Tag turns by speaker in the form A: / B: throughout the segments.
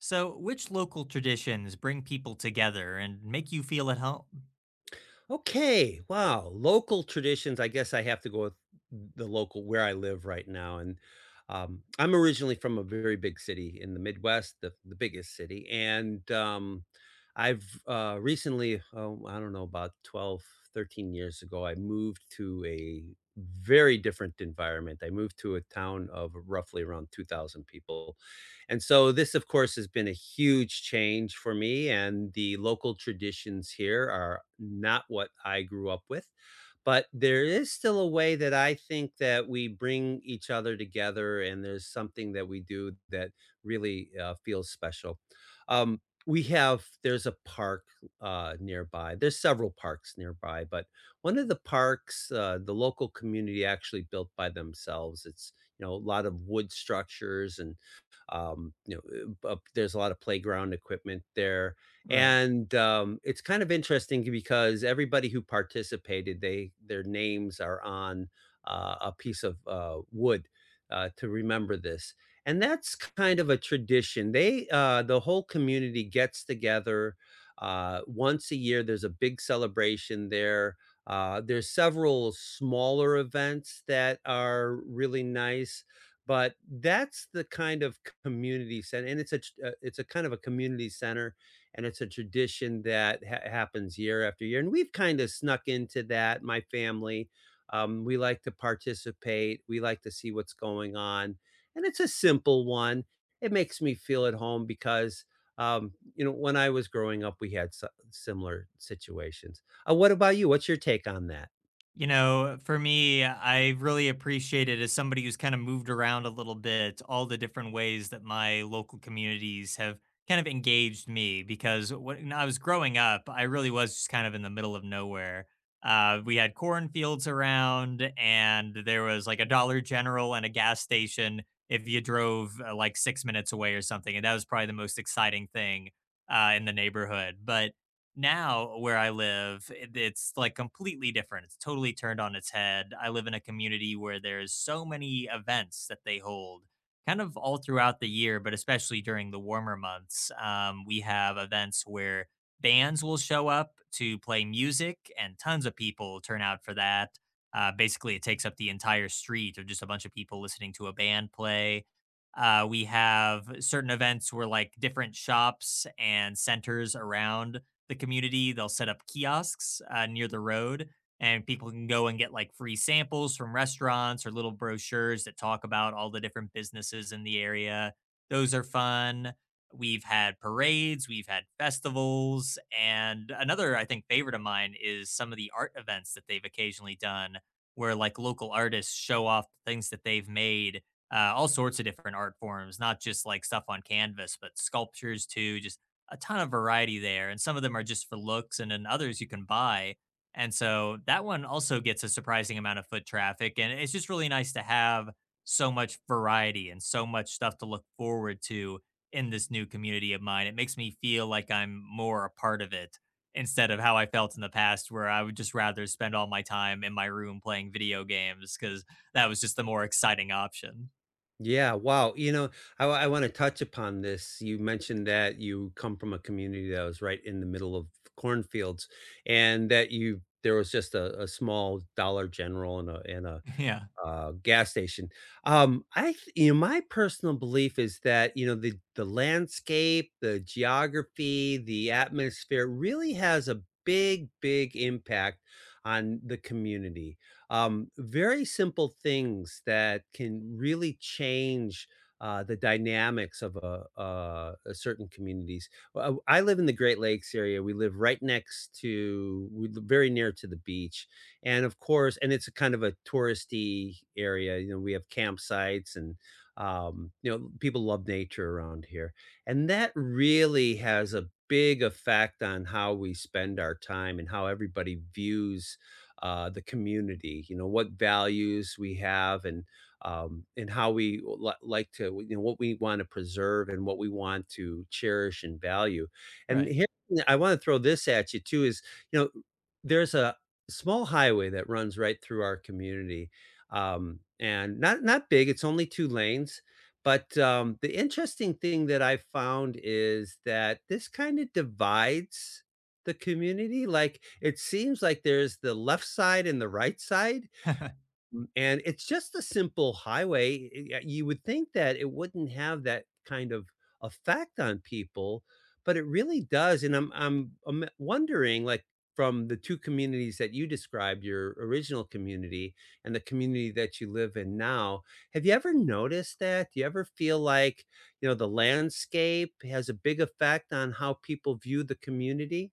A: So, which local traditions bring people together and make you feel at home?
B: Okay. Wow. Local traditions. I guess I have to go with the local where I live right now. And I'm originally from a very big city in the Midwest, the biggest city. And I've recently, oh, I don't know, about 12, 13 years ago, I moved to a very different environment. I moved to a town of roughly around 2,000 people, and so this, of course, has been a huge change for me, and the local traditions here are not what I grew up with. But there is still a way that I think that we bring each other together, and there's something that we do that really feels special. Um, we have there's a park nearby. There's several parks nearby, but one of the parks, the local community actually built by themselves. It's, you know, a lot of wood structures and, um, you there's a lot of playground equipment there,
A: Right.
B: and it's kind of interesting because everybody who participated, they their names are on a piece of wood to remember this, and that's kind of a tradition. They, the whole community gets together once a year. There's a big celebration there. There's several smaller events that are really nice, but that's the kind of community center, and it's a kind of a community center, and it's a tradition that happens year after year, and we've kind of snuck into that, my family. We like to participate, we like to see what's going on, and it's a simple one. It makes me feel at home because, when I was growing up we had similar situations. What about you? What's your take on that?
A: You know, for me, I really appreciated as somebody who's kind of moved around a little bit, all the different ways that my local communities have kind of engaged me because when I was growing up, I really was just kind of in the middle of nowhere. We had cornfields around, and there was like a Dollar General and a gas station if you drove like 6 minutes away or something. And that was probably the most exciting thing in the neighborhood. But now, where I live, it's, like, completely different. It's totally turned on its head. I live in a community where there's so many events that they hold kind of all throughout the year, but especially during the warmer months. We have events where bands will show up to play music, and tons of people turn out for that. Basically, it takes up the entire street of just a bunch of people listening to a band play. We have certain events where, like, different shops and centers around the community. They'll set up kiosks near the road, and people can go and get like free samples from restaurants or little brochures that talk about all the different businesses in the area. Those are fun. We've had parades, we've had festivals, and another, I think, favorite of mine is some of the art events that they've occasionally done where like local artists show off the things that they've made, all sorts of different art forms, not just like stuff on canvas, but sculptures too, just a ton of variety there, and some of them are just for looks, and then others you can buy. And so that one also gets a surprising amount of foot traffic, and it's just really nice to have so much variety and so much stuff to look forward to in this new community of mine. It makes me feel like I'm more a part of it instead of how I felt in the past, where I would just rather spend all my time in my room playing video games because that was just the more exciting option.
B: Yeah, wow. You know, I want to touch upon this. You mentioned that you come from a community that was right in the middle of cornfields, and that you there was just a small Dollar General and a
A: Yeah,
B: gas station. I th you know, my personal belief is that, you know, the landscape, the geography, the atmosphere really has a big, big impact on the community. Very simple things that can really change the dynamics of a certain communities. I live in the Great Lakes area. We live right next to, we live very near to the beach, and of course, and it's a kind of a touristy area. You know, we have campsites and, people love nature around here, and that really has a big effect on how we spend our time and how everybody views, the community, you know, what values we have, and how we li like to, you know, what we wanna preserve and what we want to cherish and value. And
A: right.
B: here I wanna throw this at you too is, you know, there's a small highway that runs right through our community, and not big, it's only 2 lanes, but, the interesting thing that I found is that this kinda divides the community. Like, it seems like there's the left side and the right side. Mm, and it's just a simple highway. You would think that it wouldn't have that kind of effect on people, but it really does. And I'm wondering, like, from the 2 communities that you described, your original community and the community that you live in now, have you ever noticed that? Do you ever feel like, you know, the landscape has a big effect on how people view the community?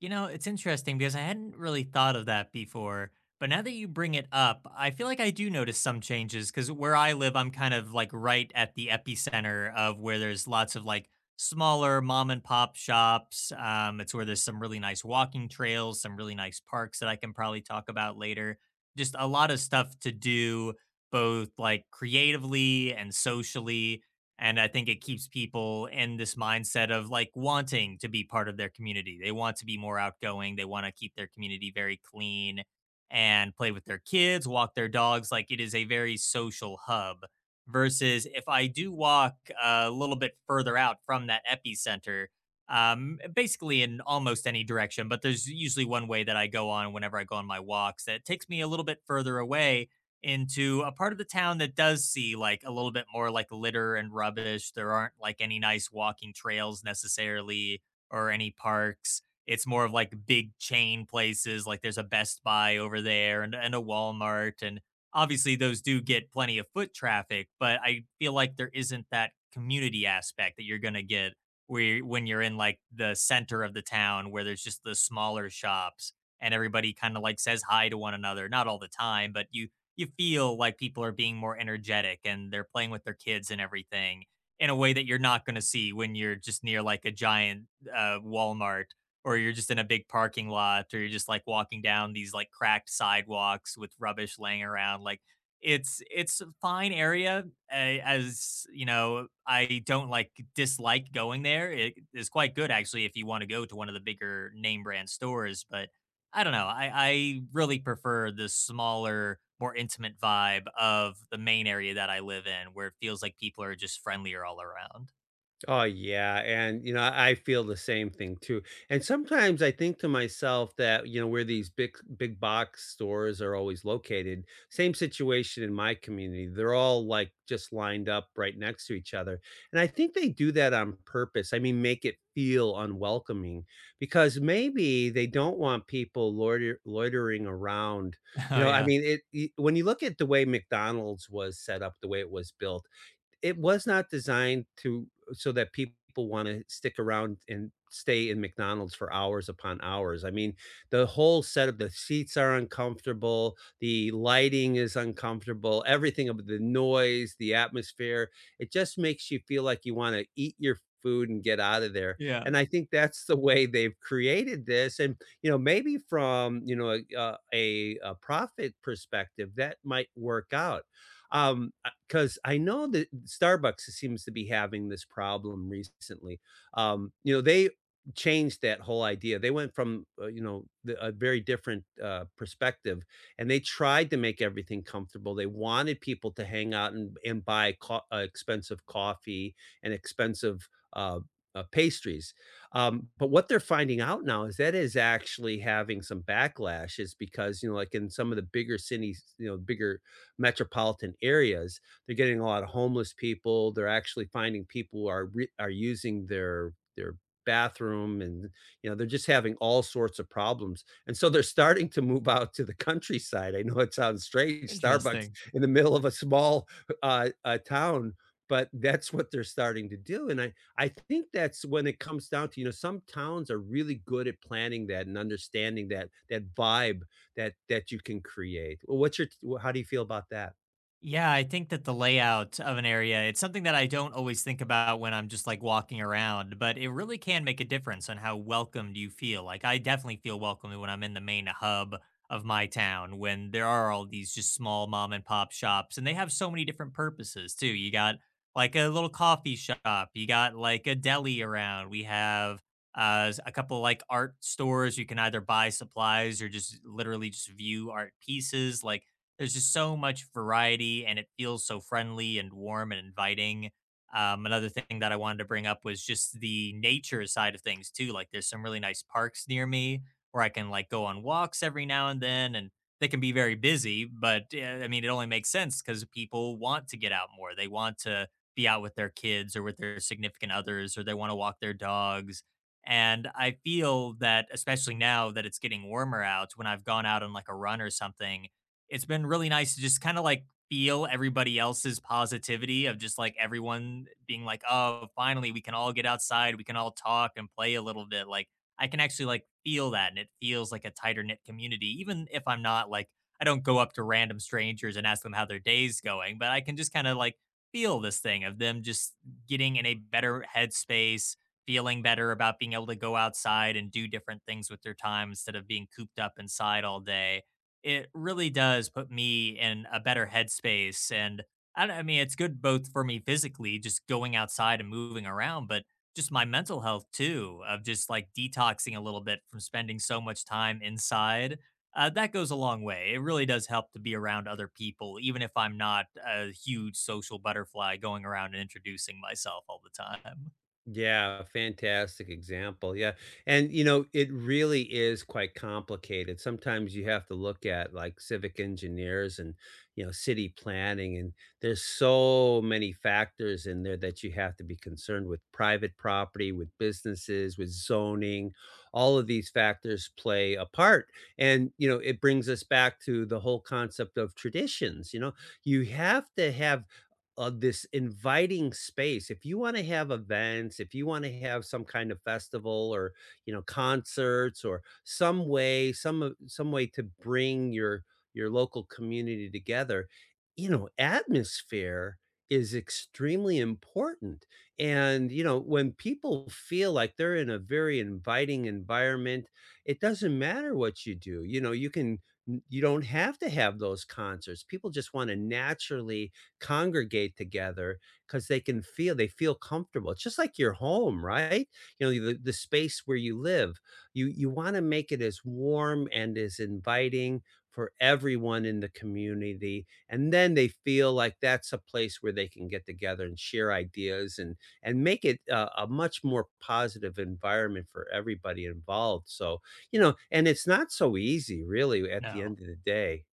A: You know, it's interesting because I hadn't really thought of that before. But now that you bring it up, I feel like I do notice some changes because where I live, I'm kind of like right at the epicenter of where there's lots of like smaller mom and pop shops. It's where there's some really nice walking trails, some really nice parks that I can probably talk about later. Just a lot of stuff to do, both like creatively and socially, and I think it keeps people in this mindset of like wanting to be part of their community. They want to be more outgoing. They want to keep their community very clean and play with their kids, walk their dogs. Like it is a very social hub. Versus if I do walk a little bit further out from that epicenter, basically in almost any direction, but there's usually one way that I go on whenever I go on my walks that takes me a little bit further away into a part of the town that does see like a little bit more like litter and rubbish. There aren't like any nice walking trails necessarily or any parks. It's more of like big chain places. Like there's a Best Buy over there and a Walmart. And obviously, those do get plenty of foot traffic, but I feel like there isn't that community aspect that you're going to get where when you're in like the center of the town where there's just the smaller shops and everybody kind of like says hi to one another, not all the time, but you feel like people are being more energetic and they're playing with their kids and everything in a way that you're not going to see when you're just near like a giant Walmart, or you're just in a big parking lot, or you're just like walking down these like cracked sidewalks with rubbish laying around. Like it's a fine area. As you know, I don't like dislike going there. It is quite good actually if you want to go to one of the bigger name brand stores, but I don't know. I really prefer the smaller, more intimate vibe of the main area that I live in, where it feels like people are just friendlier all around.
B: Oh, yeah, and, you know, I feel the same thing too, and sometimes I think to myself that, you know, where these big box stores are always located, same situation in my community, they're all, like, just lined up right next to each other, and I think they do that on purpose. I mean, make it feel unwelcoming, because maybe they don't want people loitering around. You
A: Oh
B: know, I
A: yeah.
B: mean, it I when you look at the way McDonald's was set up, the way it was built, it was not designed to, so that people wanna stick around and stay in McDonald's for hours upon hours. I mean, the whole set of the seats are uncomfortable, the lighting is uncomfortable, everything about the noise, the atmosphere, it just makes you feel like you wanna eat your food and get out of there,
A: Yeah.
B: and I think that's the way they've created this. And, you know, maybe from, you know, a, a profit perspective, that might work out. Um, because I know that Starbucks seems to be having this problem recently. You know, they changed that whole idea. They went from, you know, a very different perspective, and they tried to make everything comfortable. They wanted people to hang out and buy expensive coffee and expensive pastries. But what they're finding out now is that is actually having some backlash, is because, you know, like in some of the bigger cities, you know, bigger metropolitan areas, they're getting a lot of homeless people. They're actually finding people who are using their, bathroom, and you know, they're just having all sorts of problems. And so they're starting to move out to the countryside. I know it sounds strange, Starbucks
A: Interesting.
B: in the middle of a small town, but that's what they're starting to do. And I think that's, when it comes down to, you know, some towns are really good at planning that and understanding that that vibe that you can create. Well, what's your, how do you feel about that?
A: Yeah, I think that the layout of an area, it's something that I don't always think about when I'm just like walking around, but it really can make a difference on how welcomed you feel. Like I definitely feel welcomed when I'm in the main hub of my town when there are all these just small mom and pop shops and they have so many different purposes too. You got like a little coffee shop, you got like a deli around. We have a couple like art stores you can either buy supplies or just literally just view art pieces. Like there's just so much variety, and it feels so friendly and warm and inviting. Another thing that I wanted to bring up was just the nature side of things too. Like, there's some really nice parks near me where I can like go on walks every now and then, and they can be very busy, but I mean, it only makes sense because people want to get out more. They want to be out with their kids or with their significant others, or they want to walk their dogs. And I feel that, especially now that it's getting warmer out, when I've gone out on like a run or something, it's been really nice to just kind of like feel everybody else's positivity of just like everyone being like, oh, finally we can all get outside, we can all talk and play a little bit. Like I can actually like feel that, and it feels like a tighter knit community, even if I'm not like, I don't go up to random strangers and ask them how their day's going, but I can just kind of like feel this thing of them just getting in a better headspace, feeling better about being able to go outside and do different things with their time instead of being cooped up inside all day. It really does put me in a better headspace. And I, don't- I mean, it's good both for me physically, just going outside and moving around, but just my mental health too, of just like detoxing a little bit from spending so much time inside. That goes a long way. It really does help to be around other people, even if I'm not a huge social butterfly going around and introducing myself all the time.
B: Yeah, fantastic example, yeah, and, you know, it really is quite complicated. Sometimes you have to look at, like, civic engineers and, you know, city planning, and there's so many factors in there that you have to be concerned with, private property, with businesses, with zoning. All of these factors play a part, and, you know, it brings us back to the whole concept of traditions, you know? You have to have this inviting space. If you want to have events, if you want to have some kind of festival or, you know, concerts, or some way, some way to bring your local community together, you know, atmosphere is extremely important. And you know, when people feel like they're in a very inviting environment, it doesn't matter what you do. You know, you can you don't have to have those concerts. People just want to naturally congregate together because they can feel they feel comfortable. It's just like your home, right? You know, the space where you live. You want to make it as warm and as inviting for everyone in the community. And then they feel like that's a place where they can get together and share ideas and make it a much more positive environment for everybody involved. So, you know, and it's not so easy, really, at the
A: No.
B: end of the day.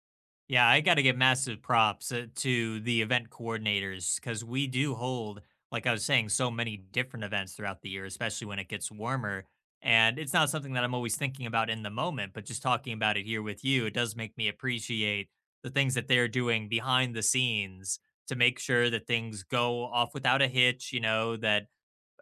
A: Yeah, I got to give massive props to the event coordinators because we do hold, like I was saying, so many different events throughout the year, especially when it gets warmer. And it's not something that I'm always thinking about in the moment, but just talking about it here with you, it does make me appreciate the things that they're doing behind the scenes to make sure that things go off without a hitch, you know, that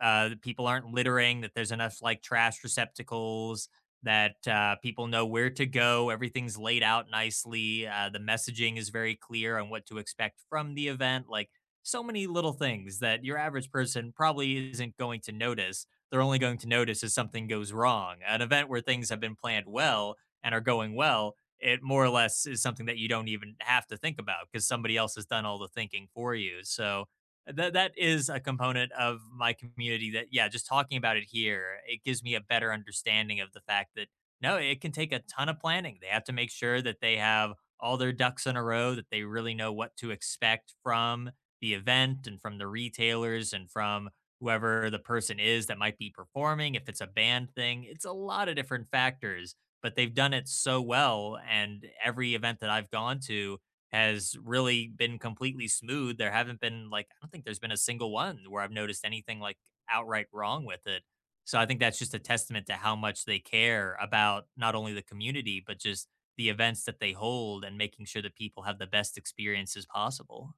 A: people aren't littering, that there's enough like trash receptacles, that people know where to go. Everything's laid out nicely. The messaging is very clear on what to expect from the event. Like so many little things that your average person probably isn't going to notice. They're only going to notice if something goes wrong. An event where things have been planned well and are going well, it more or less is something that you don't even have to think about because somebody else has done all the thinking for you. So that is a component of my community that, yeah, just talking about it here, it gives me a better understanding of the fact that no, it can take a ton of planning. They have to make sure that they have all their ducks in a row, that they really know what to expect from the event and from the retailers and from whoever the person is that might be performing. If it's a band thing, it's a lot of different factors, but they've done it so well. And every event that I've gone to has really been completely smooth. There haven't been like, I don't think there's been a single one where I've noticed anything like outright wrong with it. So I think that's just a testament to how much they care about not only the community but just the events that they hold and making sure that people have the best experiences possible.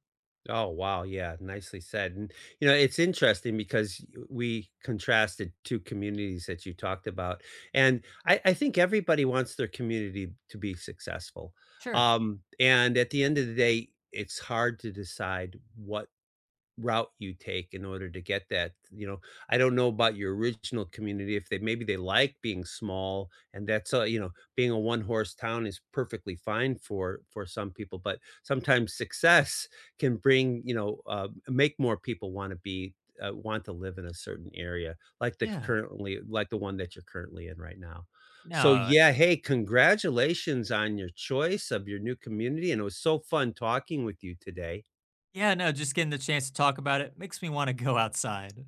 B: Oh, wow, yeah, nicely said, and, you know, it's interesting because we contrasted 2 communities that you talked about, and I think everybody wants their community to be successful,
A: Sure.
B: and at the end of the day, it's hard to decide what route you take in order to get that, you know? I don't know about your original community, if they, maybe they like being small, and that's a, you know, being a one-horse town is perfectly fine for some people. But sometimes success can bring, you know, make more people wanna be want to live in a certain area, like the
A: Yeah.
B: currently, like the one that you're currently in right now. So,
A: No.
B: yeah, hey, congratulations on your choice of your new community, and it was so fun talking with you today.
A: Yeah, no, just getting the chance to talk about it makes me want to go outside.